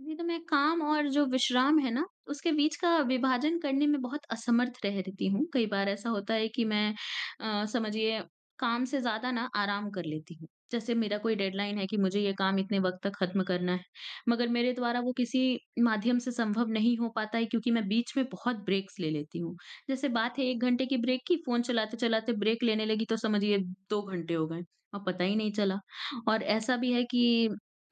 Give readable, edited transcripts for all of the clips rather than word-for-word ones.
जी, तो मैं काम और जो विश्राम है ना, उसके बीच का विभाजन करने में बहुत असमर्थ रह रहती हूँ। कई बार ऐसा होता है कि मैं समझिए काम से ज़्यादा ना आराम कर लेती हूँ। जैसे मेरा कोई डेडलाइन है कि मुझे ये काम इतने वक़्त तक ख़त्म करना है, मगर मेरे द्वारा वो किसी माध्यम से संभव नहीं हो पाता है क्योंकि मैं बीच में बहुत ब्रेक्स ले लेती हूँ। जैसे बात है 1 घंटे की ब्रेक की, फ़ोन चलाते-चलाते ब्रेक लेने लगी तो समझिए 2 घंटे हो गए और पता ही नहीं चला। और ऐसा भी है कि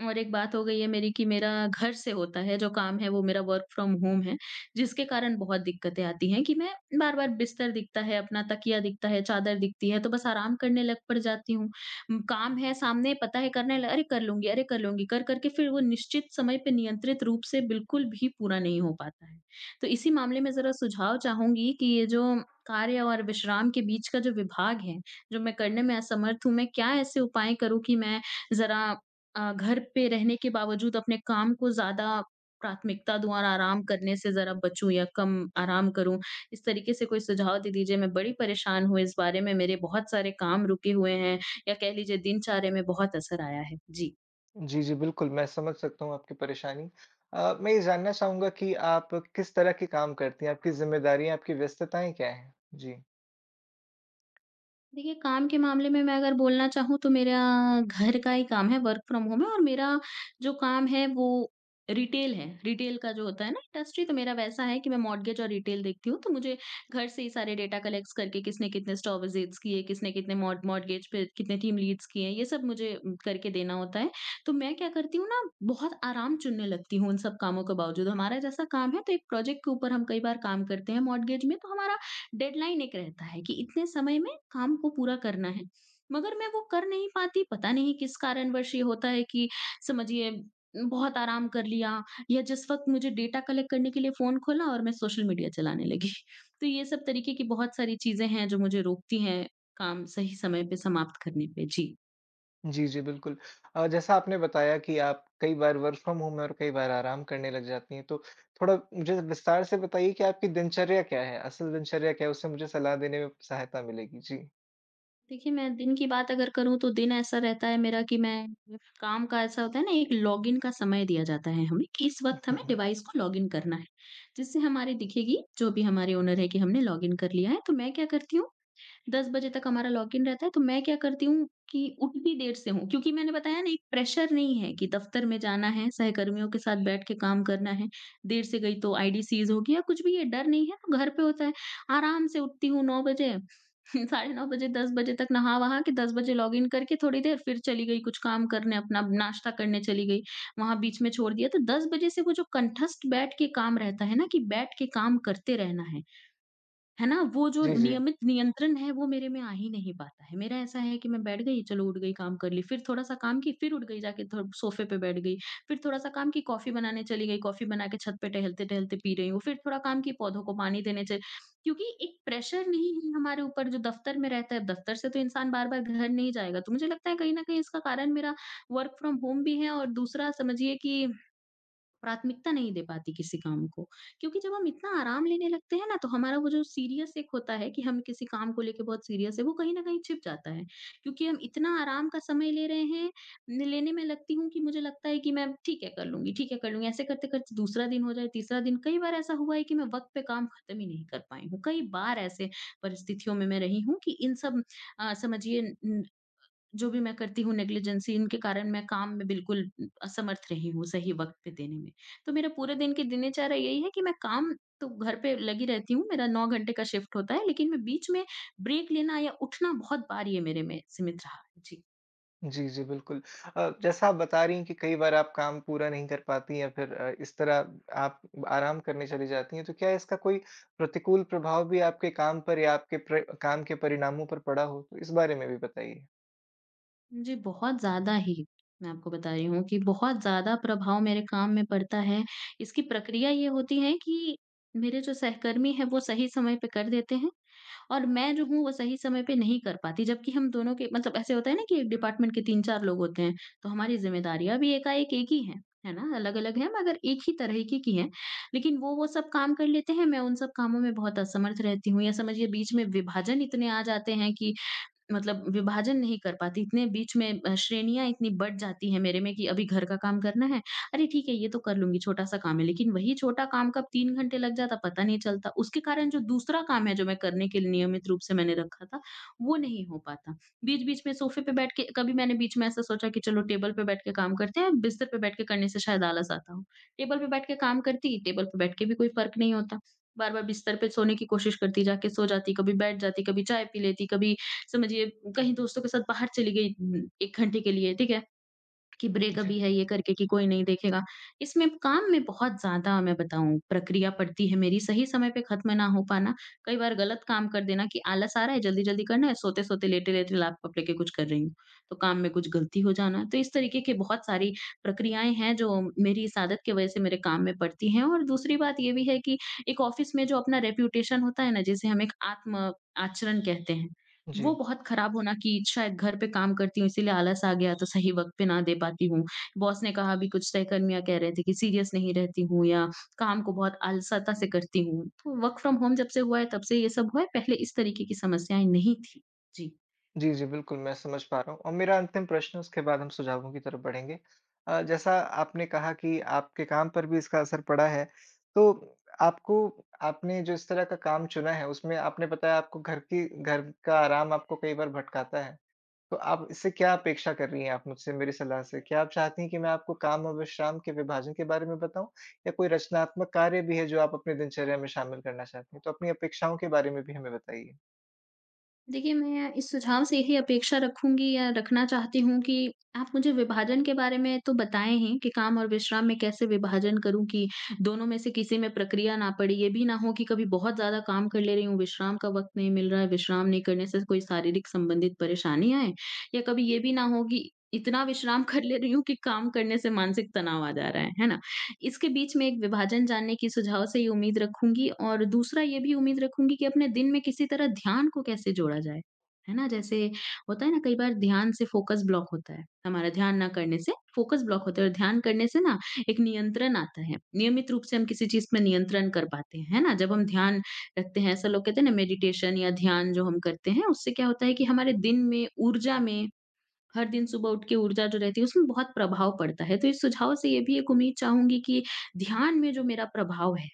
और एक बात हो गई है मेरी कि मेरा घर से होता है, जो काम है वो मेरा वर्क फ्रॉम होम है, जिसके कारण बहुत दिक्कतें आती हैं कि मैं बार-बार बिस्तर दिखता है, अपना तकिया दिखता है, चादर दिखती है, तो बस आराम करने लग पड़ जाती हूँ। काम है सामने, पता है करने ल अरे कर लूँगी, कर-कर के फिर वो निश्चित समय पे नियंत्रित रूप से बिल्कुल भी पूरा नहीं हो पाता है। तो इसी मामले में ज़रा सुझाव चाहूँगी कि ये जो कार्य और विश्राम के बीच का जो विभाग है, जो मैं करने में असमर्थ हूँ, मैं क्या ऐसे उपाय करूँ कि मैं ज़रा घर पे रहने के बावजूद अपने काम को ज़्यादा प्राथमिकता दूँ और आराम करने से ज़रा बचूँ या कम आराम करूँ, इस तरीके से कोई सुझाव दे दीजिए। मैं बड़ी परेशान हूँ इस बारे में, मेरे बहुत सारे काम रुके हुए हैं या कह लीजिए दिनचर्या में बहुत असर आया है। जी। जी, जी, बिल्कुल, मैं समझ सकता हूँ आपकी परेशानी। मैं ये जानना चाहूँगा कि आप किस तरह के काम करती हैं? आपकी ज़िम्मेदारियाँ, आपकी व्यस्तताएँ क्या हैं? जी। देखिए, काम के मामले में मैं अगर बोलना चाहूँ तो मेरा घर का ही काम है, वर्क फ्रॉम होम है और मेरा जो काम है वो रिटेल है। रिटेल का जो होता है ना इंडस्ट्री, तो मेरा वैसा है कि मैं मॉर्टगेज और रिटेल देखती हूँ, तो मुझे घर से ही सारे डाटा कलेक्ट्स करके किसने कितने स्टोर विजिट्स किए, किसने कितने मॉर्टगेज पे कितने टीम लीड्स किए, ये सब मुझे करके देना होता है। तो मैं क्या करती हूँ ना, बहुत आराम चुनने लगती हूँ उन सब कामों के बावजूद। हमारा जैसा काम है तो एक प्रोजेक्ट के ऊपर हम कई बार काम करते हैं मॉर्टगेज में, तो हमारा डेडलाइन एक रहता है कि इतने समय में काम को पूरा करना है, मगर मैं वो कर नहीं पाती, पता नहीं किस कारणवश ये होता है कि समझिए बहुत आराम कर लिया या जिस वक़्त मुझे डेटा कलेक्ट करने के लिए फ़ोन खोला और मैं सोशल मीडिया चलाने लगी। तो ये सब तरीके की बहुत सारी चीज़ें हैं जो मुझे रोकती हैं काम सही समय पे समाप्त करने पे। जी। जी, जी, बिल्कुल। जैसा आपने बताया कि आप कई बार वर्क फ्रॉम होम और कई बार आराम करने लग जाती हैं, तो थोड़ा मुझे विस्तार से बताइए कि आपकी दिनचर्या क्या है? असल दिनचर्या क्या है? उससे मुझे सलाह देने में सहायता मिलेगी। जी। देखिए, मैं दिन की बात अगर करूँ तो दिन ऐसा रहता है मेरा कि मैं काम का ऐसा होता है ना, एक लॉगिन का समय दिया जाता है हमें कि इस वक़्त हमें डिवाइस को लॉगिन करना है, जिससे हमारी दिखेगी जो भी हमारे ओनर है कि हमने लॉगिन कर लिया है। तो मैं क्या करती हूँ, 10 बजे तक हमारा लॉगिन रहता है तो मैं क्या करती हूँ कि उतनी देर से हूँ, क्योंकि मैंने बताया ना, एक प्रेशर नहीं है कि दफ्तर में जाना है, सहकर्मियों के साथ बैठ के काम करना है, देर से गई तो आईडी सीज़ होगी या कुछ भी, ये डर नहीं है, तो घर पे होता है। आराम से उठती हूँ 9 बजे साढ़े 9 बजे, 10 बजे तक नहा-वहा के 10 बजे लॉगिन करके थोड़ी देर फिर चली गई, कुछ काम करने अपना नाश्ता करने चली गई। वहाँ बीच में छोड़ दिया तो 10 बजे से वो जो कंठस्थ बैठ के काम रहता है ना, कि बैठ के काम करते रहना है। है ना? वो जो जी, जी। नियमित नियंत्रण है वो मेरे में आ ही नहीं पाता है। मेरा ऐसा है कि मैं बैठ गई, चलो उठ गई काम कर ली, फिर थोड़ा-सा काम की, फिर उठ गई जाके थो सोफ़े पे बैठ गई, फिर थोड़ा-सा काम की, कॉफ़ी बनाने चली गई, कॉफ़ी बना के छत पे टहलते-टहलते पी रही हूँ, फिर थोड़ा काम की, पौधों को पानी देने चल, क्योंकि एक प्रेशर नहीं है हमारे ऊपर जो दफ़्तर में रहता है, दफ़्तर से तो इंसान बार-बार घर नहीं जाएगा। तो मुझे लगता है कहीं न कहीं इसका कारण मेरा वर्क फ्रॉम होम भी है और दूसरा समझिए कि प्राथमिकता नहीं दे पाती किसी काम को। क्योंकि जब हम इतना आराम लेने लगते हैं ना, तो हमारा वो जो सीरियस एक होता है कि हम किसी काम को लेके बहुत सीरियस है, वो कहीं न कहीं छिप जाता है। क्योंकि हम इतना आराम का समय ले रहे हैं, न लेने मैं लगती हूँ कि मुझे लगता है कि मैं ठीक है, कर लूँगी, ठीक है, कर लूँगी। ऐसे करते-करते दूसरा दिन हो जाए, तीसरा दिन, कई बार ऐसा हुआ है कि मैं वक़्त पे काम खत्म ही नहीं कर पाई हूँ। कई बार ऐसे परिस्थितियों में मैं रही हूँ कि इन सब समझिए जो भी मैं करती हूँ नेग्लिजेंसी, इनके कारण मैं काम में बिल्कुल असमर्थ रही हूँ सही वक़्त पे देने में। तो मेरा पूरे दिन की दिनचर्या यही है कि मैं काम तो घर पे लगी रहती हूँ, मेरा 9 घंटे का शिफ्ट होता है, लेकिन मैं बीच में ब्रेक लेना या उठना, बहुत बार ये मेरे में सीमित रहा है। जी। जी, जी, बिल्कुल। जैसा आप बता रही हैं कि कई बार आप काम पूरा नहीं कर पाती या फिर इस तरह आप आराम करने चली जाती हैं, तो क्या इसका कोई प्रतिकूल प्रभाव भी आपके काम पर या आपके प्र काम के परिणामों पर पड़ा हो? तो इस बारे में भी बताइए। जी, बहुत ज़्यादा ही मैं आपको बता रही हूँ कि बहुत ज़्यादा प्रभाव मेरे काम में पड़ता है। इसकी प्रक्रिया ये होती है कि मेरे जो सहकर्मी हैं वो सही समय पे कर देते हैं। और मैं जो हूँ वो सही समय पे नहीं कर पाती, जबकि हम दोनों के मतलब ऐसे होता है ना कि एक डिपार्टमेंट के 3-4 लोग होते हैं, तो हमारी ज़िम्मेदारियाँ भी एकाएक एक ही हैं, है ना? अलग-अलग हैं मगर एक ही तरह की हैं, लेकिन वो सब काम कर लेते हैं, मैं उन सब कामों में बहुत असमर्थ रहती हूँ या समझिए बीच में विभाजन इतने आ जाते हैं कि मतलब विभाजन नहीं कर पाती। इतने बीच में श्रेणियाँ इतनी बढ़ जाती हैं मेरे में कि अभी घर का काम करना है, अरे ठीक है ये तो कर लूँगी, छोटा-सा काम है। लेकिन वही छोटा काम कब 3 घंटे लग जाता पता नहीं चलता। उसके कारण जो दूसरा काम है जो मैं करने के लिए नियमित रूप से मैंने रखा था, वो नहीं हो पाता। बीच-बीच में सोफ़े पे बैठ के कभी मैंने बीच में ऐसा सोचा कि चलो टेबल पे बैठ के काम करते हैं, बिस्तर पे बैठ के करने से शायद आलस आता हो। टेबल पे बैठ के काम करती, टेबल पे बैठ के भी कोई फ़र्क नहीं होता। बार-बार बिस्तर पे सोने की कोशिश करती, जाके सो जाती, कभी बैठ जाती, कभी चाय पी लेती, कभी समझिए कहीं दोस्तों के साथ बाहर चली गई 1 घंटे के लिए, ठीक है? कि ब्रेक जी। अभी है, ये करके कि कोई नहीं देखेगा। इसमें काम में बहुत ज़्यादा मैं बताऊँ प्रक्रिया पड़ती है मेरी, सही समय पे खत्म ना हो पाना, कई बार गलत काम कर देना कि आलस आ रहा है, जल्दी-जल्दी करना है, सोते-सोते, लेटे-लेटे लैपटॉप लेके कुछ कर रही हूँ, तो काम में कुछ गलती हो जाना। तो इस तरीके की बहुत सारी प्रक्रियाएँ हैं जो मेरी इस आदत की वजह से मेरे काम में पड़ती हैं। और दूसरी बात ये भी है कि एक ऑफ़िस में जो अपना रेप्यूटेशन होता है ना, जिसे हम एक आत्म आचरण कहते हैं, वो जी। बहुत खराब होना, कि शायद घर पे काम करती हूँ इसीलिए आलस आ गया तो सही वक़्त पे ना दे पाती हूँ। बॉस ने कहा अभी कुछ सहकर्मियाँ कह रहे थे कि सीरियस नहीं रहती हूँ या काम को बहुत आलसता से करती हूँ। तो वर्क फ्रॉम होम जब से हुआ है तब से ये सब हुआ है, पहले इस तरीके की समस्याएँ नहीं थी। जी। जी, जी, बिल्कुल, मैं समझ पा रहा हूँ और मेरा अंतिम प्रश्न उसके बाद हम सुझावों की तरफ बढ़ेंगे। जैसा आपने कहा कि आपके काम पर भी इसका असर पड़ा है, तो आपको आपने जो इस तरह का काम चुना है, उसमें आपने बताया आपको घर का आराम आपको कई बार भटकाता है। तो आप इससे क्या अपेक्षा कर रही हैं आप मुझसे मेरी सलाह से? क्या आप चाहती हैं कि मैं आपको काम और विश्राम के विभाजन के बारे में बताऊँ या कोई रचनात्मक कार्य भी है जो आप अपनी दिनचर्या में शामिल करना चाहती हैं? तो अपनी अपेक्षाओं के बारे में भी हमें बताइए। देखिए, मैं इस सुझाव से यही अपेक्षा रखूँगी या रखना चाहती हूँ कि आप मुझे विभाजन के बारे में तो बताएँ हैं कि काम और विश्राम में कैसे विभाजन करूँ कि दोनों में से किसी में प्रक्रिया ना पड़े। ये भी ना हो कि कभी बहुत ज़्यादा काम कर ले रही हूँ, विश्राम का वक़्त नहीं मिल रहा है, विश्राम नहीं करने से कोई शारीरिक संबंधित परेशानी आए या कभी ये भी ना हो कि इतना विश्राम कर ले रही हूँ कि काम करने से मानसिक तनाव आ जा रहा है। है ना? इसके बीच में एक विभाजन जानने की सुझाव से ये उम्मीद रखूँगी और दूसरा ये भी उम्मीद रखूँगी कि अपने दिन में किसी तरह ध्यान को कैसे जोड़ा जाए, है ना? जैसे होता है ना, कई बार ध्यान से फ़ोकस ब्लॉक होता है, हमारा ध्यान ना करने से फ़ोकस ब्लॉक होता है और ध्यान करने से ना, एक नियंत्रण आता है। नियमित रूप से हम किसी चीज़ पे नियंत्रण कर पाते हैं, है ना? जब हम ध्यान रखते हैं, ऐसा लोग कहते हैं ना, मेडिटेशन या ध्यान जो हम करते हैं उससे क्या होता है कि हमारे दिन में, ऊर्जा में, हर दिन सुबह उठ के ऊर्जा जो रहती है उसमें बहुत प्रभाव पड़ता है। तो इस सुझाव से ये भी एक उम्मीद चाहूँगी कि ध्यान में जो मेरा प्रभाव है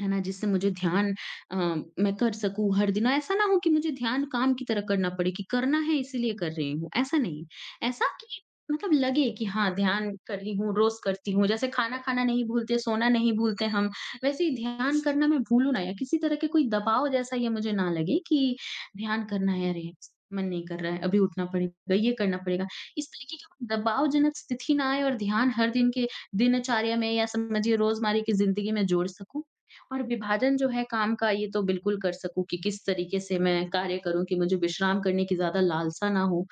है ना? जिससे मुझे ध्यान अ, मैं कर सकूँ हर दिन, और ऐसा ना हो कि मुझे ध्यान काम की तरह करना पड़े कि करना है इसीलिए कर रही हूँ, ऐसा नहीं। ऐसा कि मतलब लगे कि हाँ, ध्यान कर रही हूँ, रोज़ करती हूँ। जैसे खाना खाना नहीं भूलते, सोना नहीं भूलते हम, वैसे ही ध्यान करना मैं भूलूँ ना, या किसी तरह के कोई दबाव जैसा ये मुझे ना लगे कि ध्यान करना है, अरे! मन नहीं कर रहा है, अभी उठना पड़ेगा, ये करना पड़ेगा। इस तरीके की दबावजनक स्थिति ना आए और ध्यान हर दिन के दिनचर्या में या समझिए रोज़मर्रा की ज़िंदगी में जोड़ सकूँ। और विभाजन जो है काम का ये तो बिल्कुल कर सकूँ कि किस तरीके से मैं कार्य करूँ कि मुझे विश्राम करने की ज़्यादा लालसा ना हो,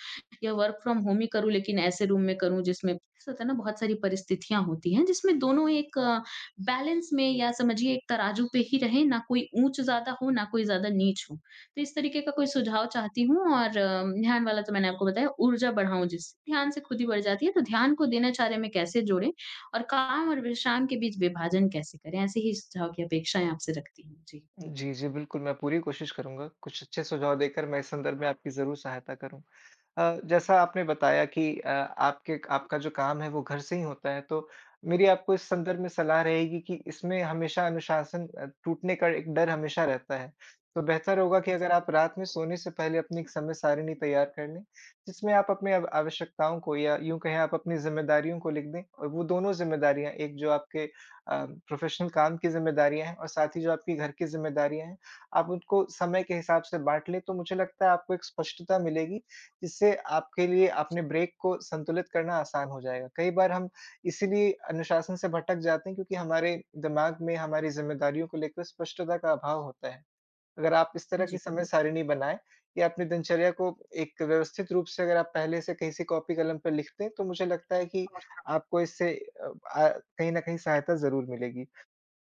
या वर्क फ्रॉम होम ही करूँ लेकिन ऐसे रूम में करूँ जिसमें ऐसा होता है ना, बहुत सारी परिस्थितियाँ होती हैं जिसमें दोनों एक बैलेंस में, या समझिए एक तराजू पे ही रहें, ना कोई ऊँच ज़्यादा हो, ना कोई ज़्यादा नीच हो। तो इस तरीके का कोई सुझाव चाहती हूँ। और ध्यान वाला तो मैंने आपको बताया, ऊर्जा बढ़ाऊँ जिससे ध्यान से खुद ही बढ़ जाती है, तो ध्यान को दिनचर्या में कैसे जोड़ें और काम और विश्राम के बीच विभाजन कैसे करें? ऐसे ही सुझाव की अपेक्षाएँ आपसे रखती हूँ। जी। जी, जी, बिल्कुल, मैं पूरी कोशिश करूँगा। कुछ अच्छे सुझाव देकर मैं इस संदर्भ में आपकी ज़रूर सहायता करूँ। जैसा आपने बताया कि आपके आपका जो काम है वो घर से ही होता है, तो मेरी आपको इस संदर्भ में सलाह रहेगी कि इसमें हमेशा अनुशासन टूटने का एक डर हमेशा रहता है। तो बेहतर होगा कि जी, अगर आप रात में सोने से पहले अपनी एक समय सारिणी तैयार कर लें, जिसमें आप अपने आव आवश्यकताओं को या यूँ कहें आप अपनी ज़िम्मेदारियों को लिख दें और वो दोनों ज़िम्मेदारियाँ एक जो आपके प्रोफ़ेशनल काम की ज़िम्मेदारियाँ हैं और साथ ही जो आपकी घर की ज़िम्मेदारियाँ हैं, आप उनको समय के हिसाब से बाँट लें, तो मुझे लगता है आपको एक स्पष्टता मिलेगी जिससे आपके लिए अपने ब्रेक को संतुलित करना आसान हो जाएगा। कई बार हम इसीलिए अनुशासन से भटक जाते हैं क्योंकि हमारे दिमाग में हमारी ज़िम्मेदारियों को लेकर स्पष्टता का अभाव होता है। अगर आप इस तरह की जी, समय सारिणी बनाएँ या अपनी दिनचर्या को एक व्यवस्थित रूप से अगर आप पहले से कहीं से कॉपी कलम पर लिखते हैं, तो मुझे लगता है कि आपको इससे अ, आ कहीं न कहीं सहायता ज़रूर मिलेगी।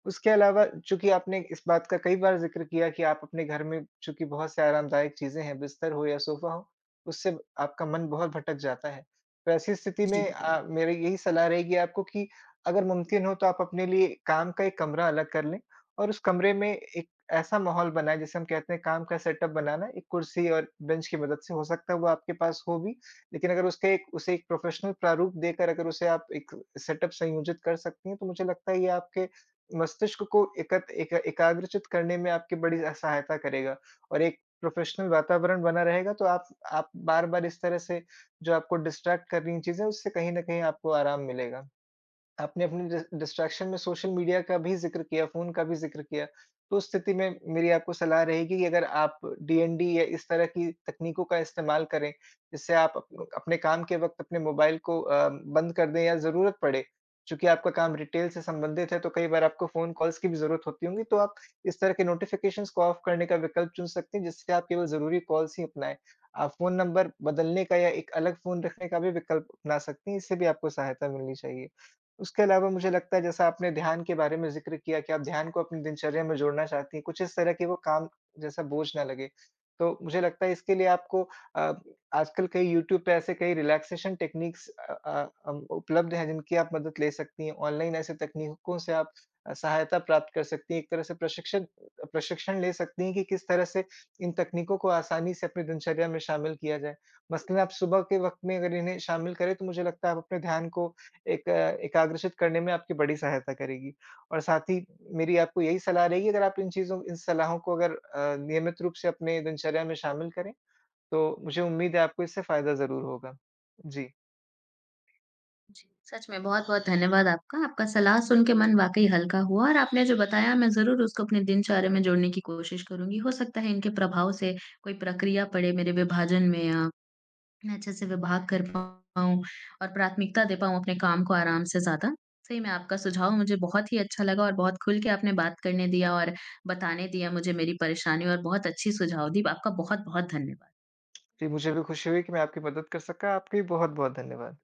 उसके अलावा चूँकि आपने इस बात का कई बार ज़िक्र किया कि आप अपने घर में चूँकि बहुत से आरामदायक चीज़ें हैं, बिस्तर हो या सोफ़ा हो, उससे आपका मन बहुत भटक जाता है। तो ऐसी स्थिति में जी, मेरी यही सलाह रहेगी आपको कि अगर मुमकिन हो तो आप अपने लिए काम का एक कमरा अलग कर लें और उस कमरे में एक ऐसा माहौल बनाएँ जिसे हम कहते हैं काम का सेटअप बनाना, एक कुर्सी और बेंच की मदद से हो सकता है वो आपके पास हो भी, लेकिन अगर उसके एक उसे एक प्रोफ़ेशनल प्रारूप देकर अगर उसे आप एक सेटअप संयोजित कर सकती हैं, तो मुझे लगता है ये आपके मस्तिष्क को एकत एका एकाग्रचित करने में आपकी बड़ी सहायता करेगा और एक प्रोफ़ेशनल वातावरण बना रहेगा तो आप बार-बार इस तरह से जो आपको डिस्ट्रैक्ट कर रही हैं चीज़ें उससे कहीं न कहीं आपको आराम मिलेगा। आपने अपनी डिस्ट्रैक्शन में सोशल मीडिया का भी ज़िक्र किया, फ़ोन का भी ज़िक्र किया। तो उस स्थिति में मेरी आपको सलाह रहेगी कि अगर आप डीएनडी या इस तरह की तकनीकों का इस्तेमाल करें, जिससे आप अप अपने काम के वक़्त अपने मोबाइल को बंद कर दें या ज़रूरत पड़े, चूँकि आपका काम रिटेल से संबंधित है, तो कई बार आपको फ़ोन कॉल्स की भी ज़रूरत होती होंगी, तो आप इस तरह के नोटिफ़िकेशंस को ऑफ करने का विकल्प चुन सकते हैं, जिससे आप केवल ज़रूरी कॉल्स ही अपनाएँ। आप फ़ोन नंबर बदलने का या एक अलग फ़ोन रखने का भी विकल्प अपना सकती हैं, इससे भी आपको सहायता मिलनी चाहिए। उसके अलावा मुझे लगता है जैसा आपने ध्यान के बारे में ज़िक्र किया कि आप ध्यान को अपनी दिनचर्या में जोड़ना चाहती हैं, कुछ इस तरह के वो काम जैसा बोझ ना लगे। तो मुझे लगता है इसके लिए आपको अ, आजकल कई यूट्यूब पे ऐसे कई रिलैक्सेशन टेक्निक्स उपलब्ध हैं जिनकी आप मदद ले सकती हैं। ऑनलाइन ऐसे तकनीकों से आप सहायता प्राप्त कर सकती हैं। एक तरह से प्रशिक्षण प्रशिक्षण ले सकती हैं कि किस तरह से इन तकनीकों को आसानी से अपनी दिनचर्या में शामिल किया जाए। मसलन आप सुबह के वक़्त में अगर इन्हें शामिल करें तो मुझे लगता है आप अपने ध्यान को एक अ, एकाग्रचित करने में आपकी बड़ी सहायता करेगी। और साथ ही मेरी आपको यही सलाह रहेगी अगर आप इन चीज़ों इन सलाहों को अगर नियमित रूप से अपने दिनचर्या में शामिल करें, तो मुझे उम्मीद है आपको इससे फ़ायदा ज़रूर होगा। जी। जी। सच में बहुत-बहुत धन्यवाद आपका। आपका सलाह सुन के मन वाक़ई हल्का हुआ और आपने जो बताया मैं ज़रूर उसको अपने दिनचर्या में जोड़ने की कोशिश करूँगी। हो सकता है इनके प्रभाव से कोई प्रक्रिया पड़े मेरे विभाजन में या मैं अच्छे से विभाग कर पाऊँ और प्राथमिकता दे पाऊँ अपने काम को आराम से ज़्यादा। सही में आपका सुझाव मुझे बहुत ही अच्छा लगा और बहुत खुल के आपने बात करने दिया और बताने दिया मुझे मेरी परेशानी, और बहुत अच्छी सुझाव दी। आपका बहुत-बहुत धन्यवाद। जी, मुझे भी खुशी हुई कि मैं आपकी मदद कर सका। आपका भी बहुत-बहुत धन्यवाद।